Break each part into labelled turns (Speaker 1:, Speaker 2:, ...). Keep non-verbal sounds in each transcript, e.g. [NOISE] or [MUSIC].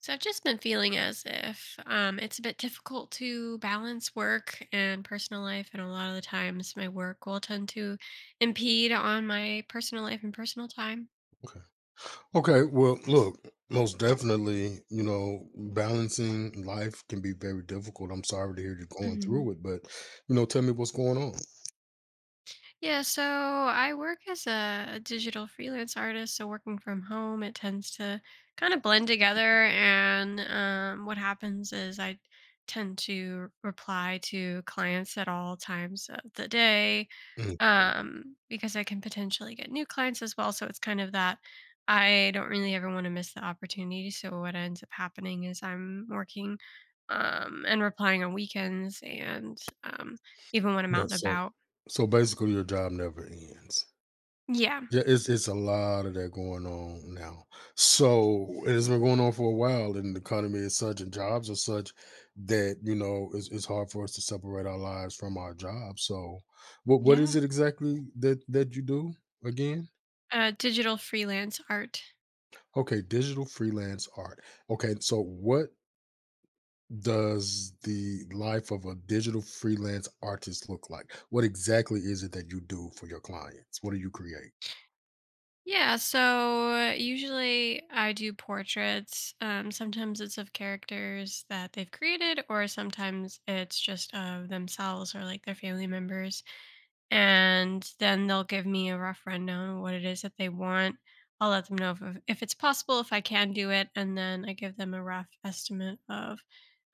Speaker 1: So I've just been feeling as if it's a bit difficult to balance work and personal life, and a lot of the times my work will tend to impede on my personal life and personal time.
Speaker 2: Okay. Okay. Well, look, most definitely, balancing life can be very difficult. I'm sorry to hear you going
Speaker 1: Mhm.
Speaker 2: through it, but, tell me what's going on.
Speaker 1: Yeah, so I work as a digital freelance artist. So working from home, it tends to kind of blend together. And what happens is I tend to reply to clients at all times of the day
Speaker 2: Mm.
Speaker 1: because I can potentially get new clients as well. So it's kind of that I don't really ever want to miss the opportunity. So what ends up happening is I'm working and replying on weekends and even when I'm out
Speaker 2: Yeah.
Speaker 1: and
Speaker 2: So,
Speaker 1: about.
Speaker 2: so basically, your job never ends.
Speaker 1: Yeah.
Speaker 2: Yeah, it's a lot of that going on now. So it has been going on for a while, and the economy is such, and jobs are such that it's hard for us to separate our lives from our jobs. So, what is
Speaker 1: Yeah.
Speaker 2: it exactly that you do again?
Speaker 1: Digital freelance art.
Speaker 2: Okay, digital freelance art. Okay, so what does the life of a digital freelance artist look like? What exactly is it that you do for your clients? What do you create?
Speaker 1: Yeah. So usually I do portraits. Sometimes it's of characters that they've created, or sometimes it's just of themselves or like their family members. And then they'll give me a rough rundown of what it is that they want. I'll let them know if it's possible, if I can do it. And then I give them a rough estimate of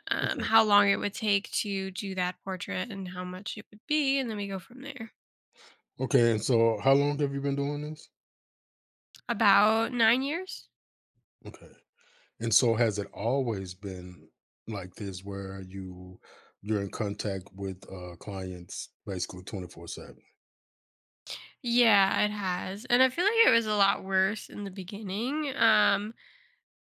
Speaker 2: Okay,
Speaker 1: how long it would take to do that portrait and how much it would be. And then we go from there.
Speaker 2: okay, and so how long have you been doing this?
Speaker 1: About 9 years?
Speaker 2: Okay. And so has it always been like this where you're in contact with clients basically 24/7?
Speaker 1: Yeah, it has, and I feel like it was a lot worse in the beginning,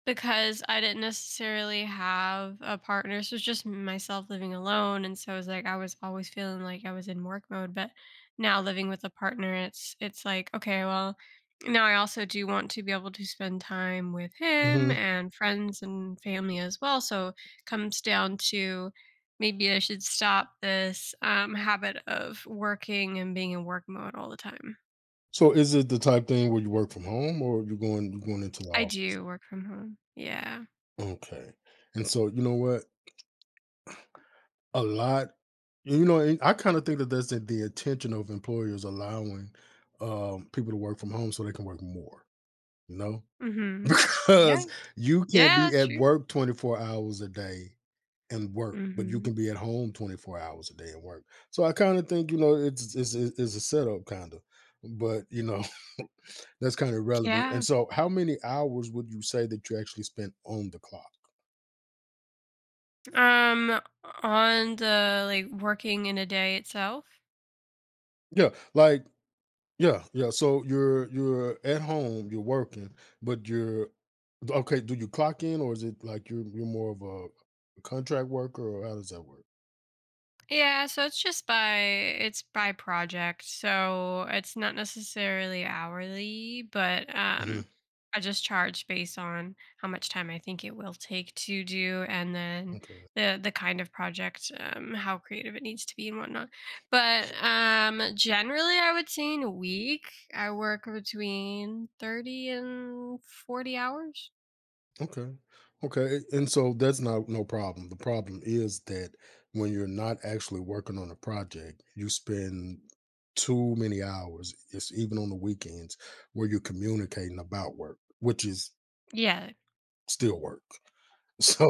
Speaker 1: because I didn't necessarily have a partner. So it's just myself living alone. And so it's like I was always feeling like I was in work mode. But now living with a partner, it's like, okay, well, now I also do want to be able to spend time with him
Speaker 2: Hmm.
Speaker 1: and friends and family as well. So it comes down to maybe I should stop this habit of working and being in work mode all the time.
Speaker 2: So is it the type thing where you work from home or you are going into the
Speaker 1: I
Speaker 2: office?
Speaker 1: do work from home. Yeah.
Speaker 2: Okay. And so you know what? A lot, and I kind of think that that's the intention of employers allowing people to work from home so they can work more. You know, [LAUGHS]
Speaker 1: Hmm.
Speaker 2: because
Speaker 1: Yeah.
Speaker 2: you can't
Speaker 1: Yeah,
Speaker 2: be
Speaker 1: that's
Speaker 2: at
Speaker 1: true.
Speaker 2: work 24 hours a day and work, but you can
Speaker 1: Mhm.
Speaker 2: be at home 24 hours a day and work. So I kind of think, it's a setup kind of. But, you know, [LAUGHS] that's kind of relevant. And
Speaker 1: Yeah.
Speaker 2: so how many hours would you say that you actually spent on the clock?
Speaker 1: Um, on the like working in a day itself.
Speaker 2: Yeah, like, yeah, yeah. So you're at home, you're working, but you're okay, do you clock in or is it like you're more of a contract worker or how does that work?
Speaker 1: Yeah, so it's just by it's by project. So it's not necessarily hourly, but
Speaker 2: Mhm.
Speaker 1: um, I just charge based on how much time I think it will take to do and then
Speaker 2: Okay.
Speaker 1: the kind of project, how creative it needs to be and whatnot. But um, generally I would say in a week I work between 30 and 40 hours.
Speaker 2: Okay. Okay. And so that's not no problem. The problem is that when you're not actually working on a project, you spend too many hours, it's even on the weekends, where you're communicating about work, which is
Speaker 1: Yeah.
Speaker 2: still work. [LAUGHS]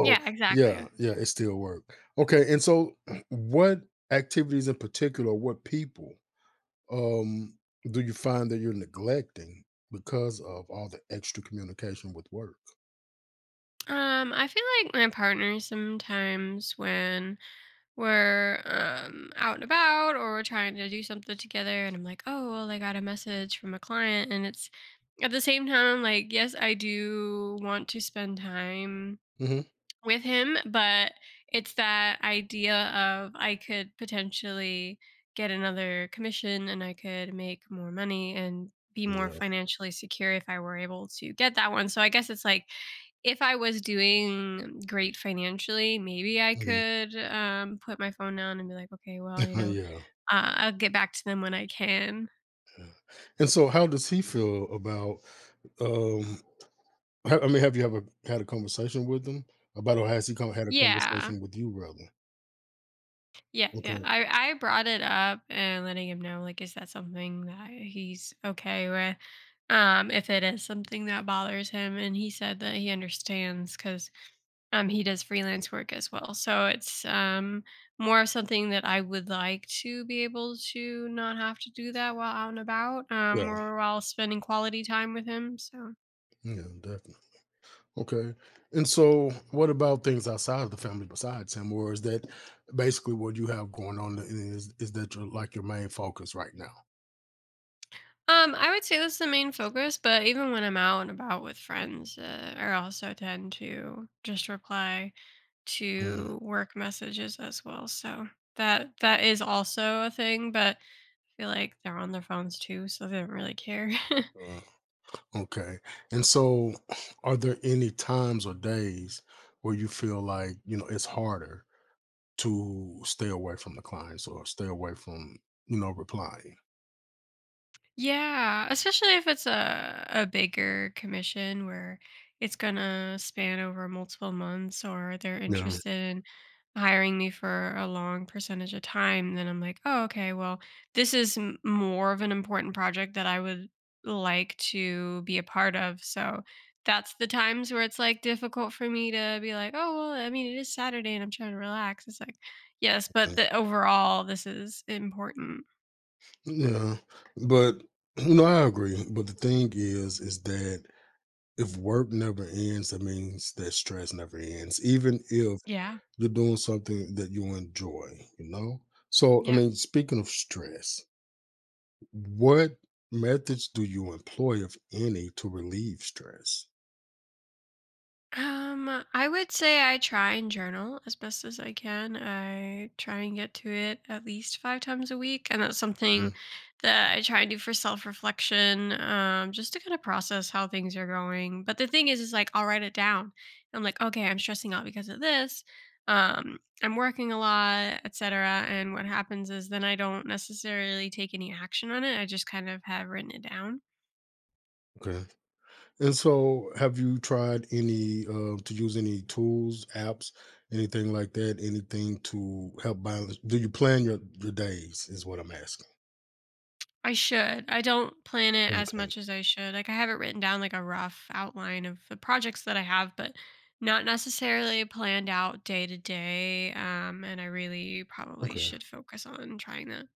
Speaker 1: Yeah, exactly.
Speaker 2: yeah, yeah, it's still work. Okay. And so [CLEARS THROAT] what activities in particular, what people um do you find that you're neglecting because of all the extra communication with work?
Speaker 1: I feel like my partner sometimes when we're out and about or we're trying to do something together and I'm like, oh well I got a message from a client and it's at the same time I'm like, yes, I do want to spend time
Speaker 2: Hmm.
Speaker 1: with him, but it's that idea of I could potentially get another commission and I could make more money and be more
Speaker 2: Yeah.
Speaker 1: financially secure if I were able to get that one. So I guess it's like if I was doing great financially, maybe I could put my phone down and be like, okay, well,
Speaker 2: [LAUGHS] Yeah,
Speaker 1: I'll get back to them when I can.
Speaker 2: yeah. And so, how does he feel about? Um, I mean, have you ever had a conversation with him about, or has he come, had a
Speaker 1: Yeah,
Speaker 2: conversation with you, rather?
Speaker 1: yeah, yeah.
Speaker 2: Okay.
Speaker 1: I brought it up and letting him know like, is that something that he's okay with? Um, if it is something that bothers him. And he said that he understands because he does freelance work as well. So it's more of something that I would like to be able to not have to do that while out and about
Speaker 2: Yeah.
Speaker 1: or while spending quality time with him. So.
Speaker 2: Yeah. Definitely. Okay. And so, what about things outside of the family besides him, or is that basically what you have going on? And is that your like your main focus right now?
Speaker 1: I would say that's the main focus, but even when I'm out and about with friends, I also tend to just reply
Speaker 2: Mm.
Speaker 1: to work messages as well. So that is also a thing, but I feel like they're on their phones too, so they don't really care. [LAUGHS]
Speaker 2: Uh, okay. And so, are there any times or days where you feel like it's harder to stay away from the clients or stay away from, replying.
Speaker 1: Yeah, especially if it's a bigger commission where it's gonna span over multiple months or they're
Speaker 2: Yeah.
Speaker 1: interested in hiring me for a long percentage of time, then I'm like, "Oh, okay, well, this is more of an important project that I would like to be a part of." So that's the times where it's like difficult for me to be like, "Oh, well, I mean, it is Saturday and I'm trying to relax." It's like, "Yes,
Speaker 2: Yeah.
Speaker 1: but the overall this is important."
Speaker 2: Yeah, but I agree. But the thing is that if work never ends, that means that stress never ends, even if
Speaker 1: Yeah.
Speaker 2: you're doing something that you enjoy, you know? So, I
Speaker 1: Yeah.
Speaker 2: mean, speaking of stress, what methods do you employ, if any, to relieve stress?
Speaker 1: I would say I try and journal as best as I can. I try and get to it at least 5 times a week, and that's something
Speaker 2: Mhm.
Speaker 1: that I try and do for self-reflection, just to kind of process how things are going. But the thing is like I'll write it down. I'm like, okay, I'm stressing out because of this. I'm working a lot, etc. And what happens is then I don't necessarily take any action on it. I just kind of have written it down.
Speaker 2: And so, have you tried any to use any tools, apps, anything like that? Anything to help balance? Do you plan your days? Is what I'm asking.
Speaker 1: I should. I don't plan it as
Speaker 2: Okay,
Speaker 1: much as I should. Like I have it written down like a rough outline of the projects that I have, but not necessarily planned out day to day. And I really probably
Speaker 2: okay,
Speaker 1: should focus on trying that.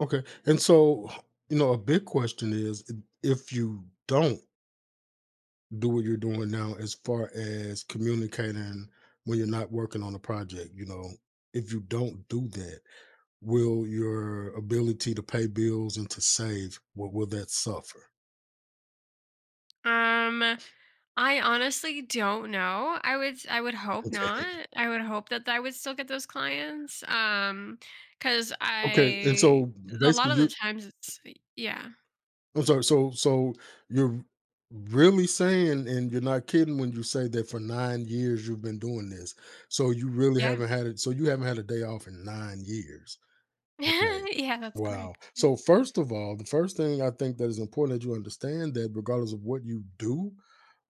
Speaker 2: okay. And so, a big question is if you don't do what you're doing now, as far as communicating when you're not working on a project, if you don't do that, will your ability to pay bills and to save, will that suffer?
Speaker 1: Um, I honestly don't know. I would hope
Speaker 2: [LAUGHS]
Speaker 1: not. I would hope that I would still get those clients. Because
Speaker 2: Okay, and
Speaker 1: I
Speaker 2: so
Speaker 1: a lot
Speaker 2: basically
Speaker 1: of the
Speaker 2: you
Speaker 1: times it's yeah.
Speaker 2: I'm sorry, so you're really saying and you're not kidding when you say that for 9 years you've been doing this. So you really
Speaker 1: Yeah.
Speaker 2: haven't had it, so you haven't had a day off in 9 years.
Speaker 1: [LAUGHS]
Speaker 2: Okay.
Speaker 1: Yeah, that's
Speaker 2: Wow.
Speaker 1: correct. Yeah.
Speaker 2: So first of all, the first thing I think that is important that you understand that regardless of what you do,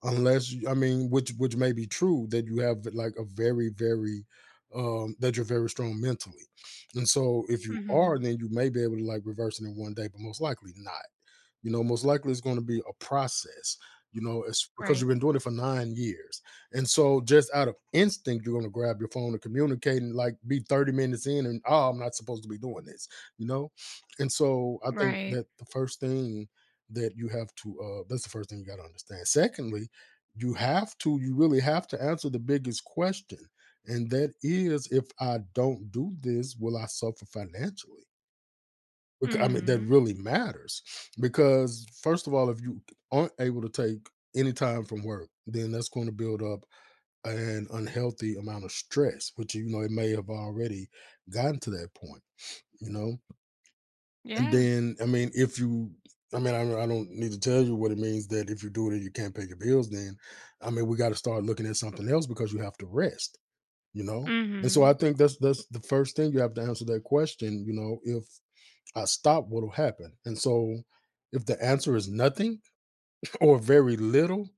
Speaker 2: unless you- I mean, which may be true that you have like a very very that you're very strong mentally, and so if you are,
Speaker 1: Hmm.
Speaker 2: then you may be able to like reverse it in one day, but most likely not. Most likely it's going to be a process. It's because
Speaker 1: Right.
Speaker 2: you've been doing it for 9 years. And so just out of instinct, you're going to grab your phone and communicate and like be 30 minutes in and, oh, I'm not supposed to be doing this, you know? And so I think
Speaker 1: Right.
Speaker 2: that the first thing that's the first thing you got to understand. Secondly, you really have to answer the biggest question. And that is if I don't do this, will I suffer financially? I mean, that
Speaker 1: Mhm.
Speaker 2: really matters because, first of all, if you aren't able to take any time from work, then that's going to build up an unhealthy amount of stress, which, it may have already gotten to that point, you know? And
Speaker 1: Yeah.
Speaker 2: then, I mean, if you, I mean, I don't need to tell you what it means that if you do it and you can't pay your bills, then, I mean, we got to start looking at something else because you have to rest, you know? And so I
Speaker 1: Mhm.
Speaker 2: think that's the first thing you have to answer that question. If I stop, what'll happen? And so if the answer is nothing [LAUGHS] or very little,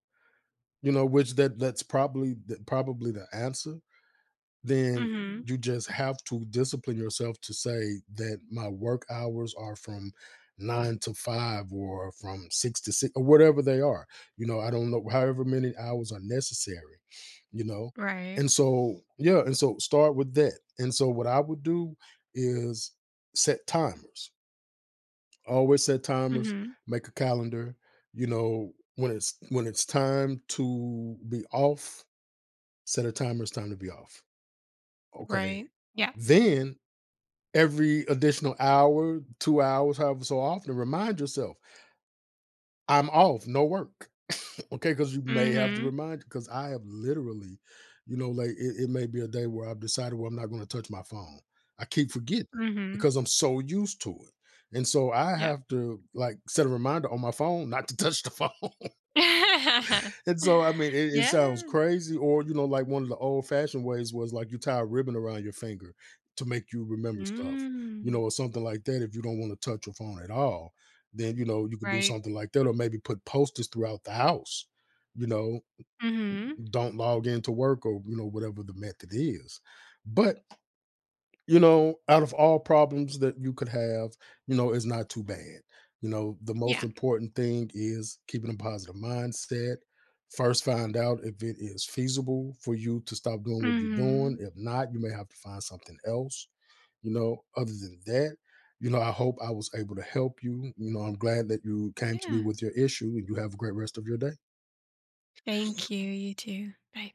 Speaker 2: which that's probably that probably the answer, then
Speaker 1: Mhm.
Speaker 2: you just have to discipline yourself to say that my work hours are from 9 to 5 or from 6 to 6 or whatever they are. I don't know however many hours are necessary, you know.
Speaker 1: Right.
Speaker 2: And so, yeah, and so start with that. And so what I would do is set timers. Always set timers,
Speaker 1: Mhm.
Speaker 2: make a calendar, when it's time to be off, set a timer, it's time to be off. Okay.
Speaker 1: Right. Yeah.
Speaker 2: Then every additional hour, 2 hours, however so often, remind yourself, I'm off, no work. Okay, because you may have to
Speaker 1: Mhm.
Speaker 2: remind because I have literally, like it may be a day where I've decided well, I'm not going to touch my phone. I keep forgetting
Speaker 1: Mhm.
Speaker 2: because I'm so used to it. And so I
Speaker 1: Yeah.
Speaker 2: have to like set a reminder on my phone not to touch the phone.
Speaker 1: [LAUGHS]
Speaker 2: [LAUGHS] And so I mean it
Speaker 1: Yeah.
Speaker 2: sounds crazy, or like one of the old fashioned ways was like you tie a ribbon around your finger to make you remember stuff,
Speaker 1: Mm.
Speaker 2: or something like that. If you don't want to touch your phone at all, then you could do
Speaker 1: Right.
Speaker 2: something like that, or maybe put posters throughout the house you know
Speaker 1: Mhm.
Speaker 2: don't log into work, or whatever the method is. But out of all problems that you could have, is not too bad. The most
Speaker 1: Yeah.
Speaker 2: important thing is keeping a positive mindset. First, find out if it is feasible for you to stop doing what you're doing.
Speaker 1: Mhm.
Speaker 2: If not, you may have to find something else. Other than that, I hope I was able to help you you know I'm glad that you came to me
Speaker 1: Yeah.
Speaker 2: with your issue, and you have a great rest of your day.
Speaker 1: Thank you. You too. Bye.